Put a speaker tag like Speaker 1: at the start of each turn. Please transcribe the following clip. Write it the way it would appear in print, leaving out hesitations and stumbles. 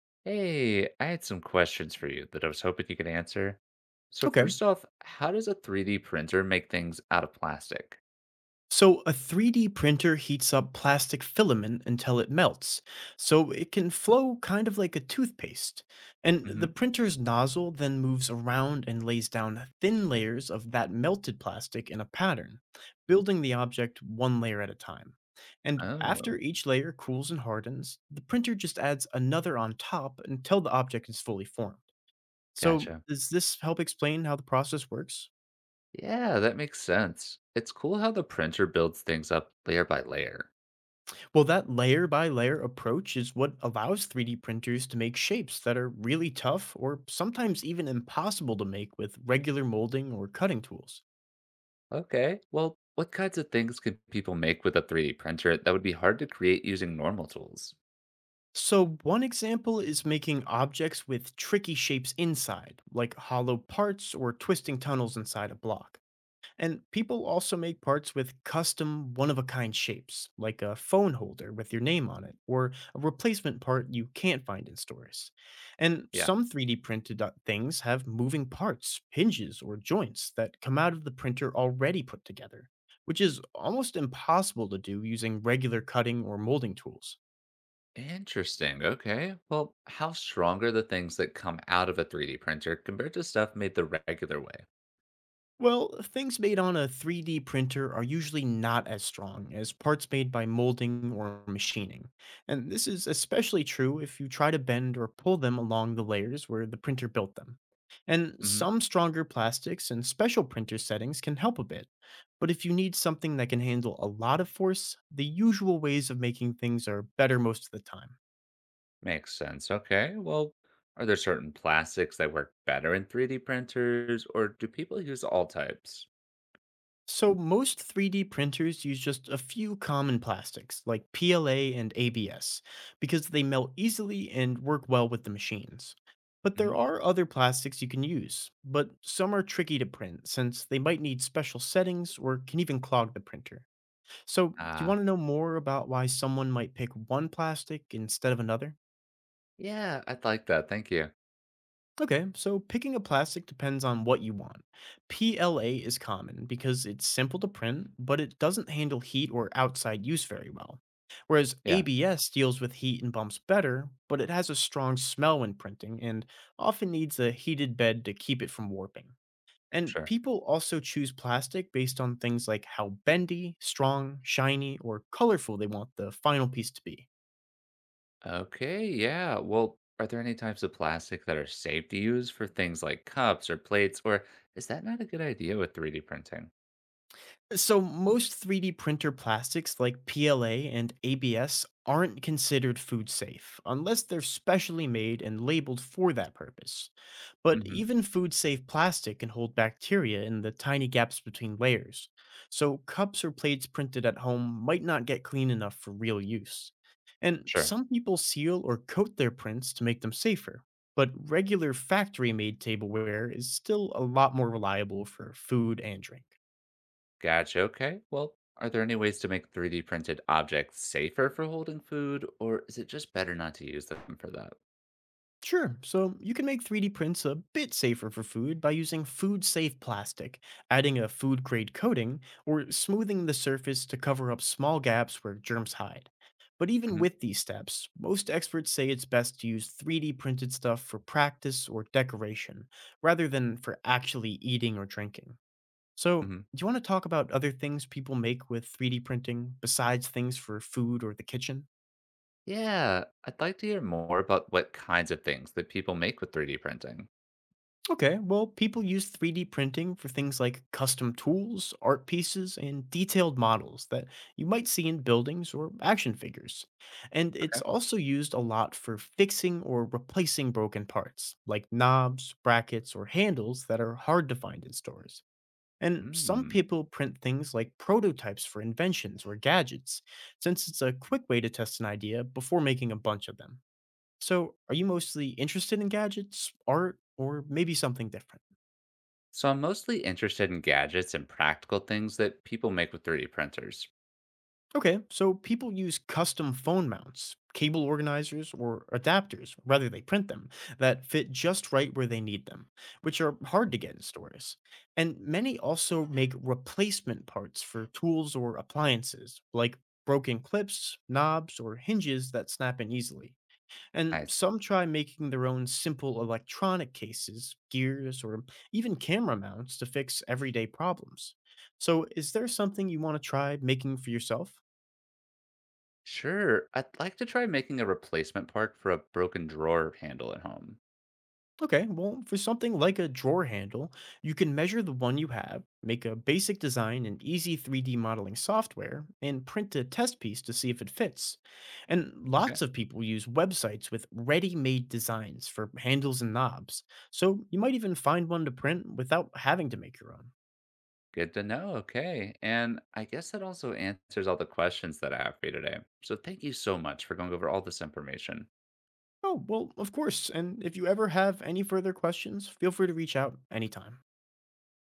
Speaker 1: Hey, I had some questions for you that I was hoping you could answer. So
Speaker 2: Okay.
Speaker 1: first off, how does a 3D printer make things out of plastic?
Speaker 2: So a 3D printer heats up plastic filament until it melts, so it can flow kind of like a toothpaste. And the
Speaker 1: Hmm.
Speaker 2: printer's nozzle then moves around and lays down thin layers of that melted plastic in a pattern, building the object one layer at a time. And after
Speaker 1: Oh,
Speaker 2: each layer cools and hardens, the printer just adds another on top until the object is fully formed. So,
Speaker 1: gotcha.
Speaker 2: does this help explain how the process works?
Speaker 1: Yeah, that makes sense. It's cool how the printer builds things up layer by layer.
Speaker 2: Well, that layer by layer approach is what allows 3D printers to make shapes that are really tough or sometimes even impossible to make with regular molding or cutting tools.
Speaker 1: Okay, well, what kinds of things could people make with a 3D printer that would be hard to create using normal tools?
Speaker 2: So, one example is making objects with tricky shapes inside, like hollow parts or twisting tunnels inside a block. And people also make parts with custom one of a kind shapes, like a phone holder with your name on it, or a replacement part you can't find in stores. And
Speaker 1: Yeah.
Speaker 2: some 3D printed things have moving parts, hinges, or joints that come out of the printer already put together, which is almost impossible to do using regular cutting or molding tools.
Speaker 1: Interesting. Okay. Well, how strong are the things that come out of a 3D printer compared to stuff made the regular way?
Speaker 2: Well, things made on a 3D printer are usually not as strong as parts made by molding or machining. And this is especially true if you try to bend or pull them along the layers where the printer built them. And
Speaker 1: Mm-hmm.
Speaker 2: some stronger plastics and special printer settings can help a bit. But if you need something that can handle a lot of force, the usual ways of making things are better most of the time.
Speaker 1: Makes sense. Okay. Well, are there certain plastics that work better in 3D printers, or do people use all types?
Speaker 2: So, most 3D printers use just a few common plastics like PLA and ABS because they melt easily and work well with the machines. But there
Speaker 1: Hmm.
Speaker 2: are other plastics you can use, but some are tricky to print since they might need special settings or can even clog the printer. So, do you want
Speaker 1: Ah,
Speaker 2: to know more about why someone might pick one plastic instead of another?
Speaker 1: yeah, I'd like that. Thank you.
Speaker 2: Okay, so picking a plastic depends on what you want. PLA is common because it's simple to print, but it doesn't handle heat or outside use very well. Whereas
Speaker 1: Yeah,
Speaker 2: ABS deals with heat and bumps better, but it has a strong smell when printing and often needs a heated bed to keep it from warping. And
Speaker 1: sure.
Speaker 2: people also choose plastic based on things like how bendy, strong, shiny, or colorful they want the final piece to be.
Speaker 1: Okay. Yeah. Well, are there any types of plastic that are safe to use for things like cups or plates, or is that not a good idea with 3D printing?
Speaker 2: So, most 3D printer plastics like PLA and ABS aren't considered food safe unless they're specially made and labeled for that purpose. But
Speaker 1: Hmm.
Speaker 2: even food safe plastic can hold bacteria in the tiny gaps between layers. So, cups or plates printed at home might not get clean enough for real use. And
Speaker 1: Sure.
Speaker 2: some people seal or coat their prints to make them safer. But regular factory made tableware is still a lot more reliable for food and drink.
Speaker 1: Gotcha. Okay. Well, are there any ways to make 3D printed objects safer for holding food, or is it just better not to use them for that?
Speaker 2: Sure. So you can make 3D prints a bit safer for food by using food safe plastic, adding a food grade coating, or smoothing the surface to cover up small gaps where germs hide. But even
Speaker 1: Hmm.
Speaker 2: with these steps, most experts say it's best to use 3D printed stuff for practice or decoration, rather than for actually eating or drinking. So,
Speaker 1: Hmm.
Speaker 2: do you want to talk about other things people make with 3D printing besides things for food or the kitchen?
Speaker 1: Yeah, I'd like to hear more about what kinds of things that people make with 3D printing.
Speaker 2: Okay, well, people use 3D printing for things like custom tools, art pieces, and detailed models that you might see in buildings or action figures. And it's
Speaker 1: Okay.
Speaker 2: also used a lot for fixing or replacing broken parts, like knobs, brackets, or handles that are hard to find in stores. And some
Speaker 1: Mm.
Speaker 2: people print things like prototypes for inventions or gadgets, since it's a quick way to test an idea before making a bunch of them. So, are you mostly interested in gadgets, art, or maybe something different?
Speaker 1: So I'm mostly interested in gadgets and practical things that people make with 3D printers.
Speaker 2: Okay, so people use custom phone mounts, cable organizers, or adapters, rather, they print them, that fit just right where they need them, which are hard to get in stores. And many also make replacement parts for tools or appliances, like broken clips, knobs, or hinges that snap in easily. And
Speaker 1: Nice.
Speaker 2: some try making their own simple electronic cases, gears, or even camera mounts to fix everyday problems. So, is there something you want to try making for yourself?
Speaker 1: Sure, I'd like to try making a replacement part for a broken drawer handle at home.
Speaker 2: Okay, well, for something like a drawer handle, you can measure the one you have, make a basic design in easy 3D modeling software, and print a test piece to see if it fits. And
Speaker 1: Okay.
Speaker 2: lots of people use websites with ready made designs for handles and knobs, so you might even find one to print without having to make your own.
Speaker 1: Good to know. Okay. And I guess that also answers all the questions that I have for you today. So thank you so much for going over all this information.
Speaker 2: Oh, well, of course, and if you ever have any further questions, feel free to reach out anytime.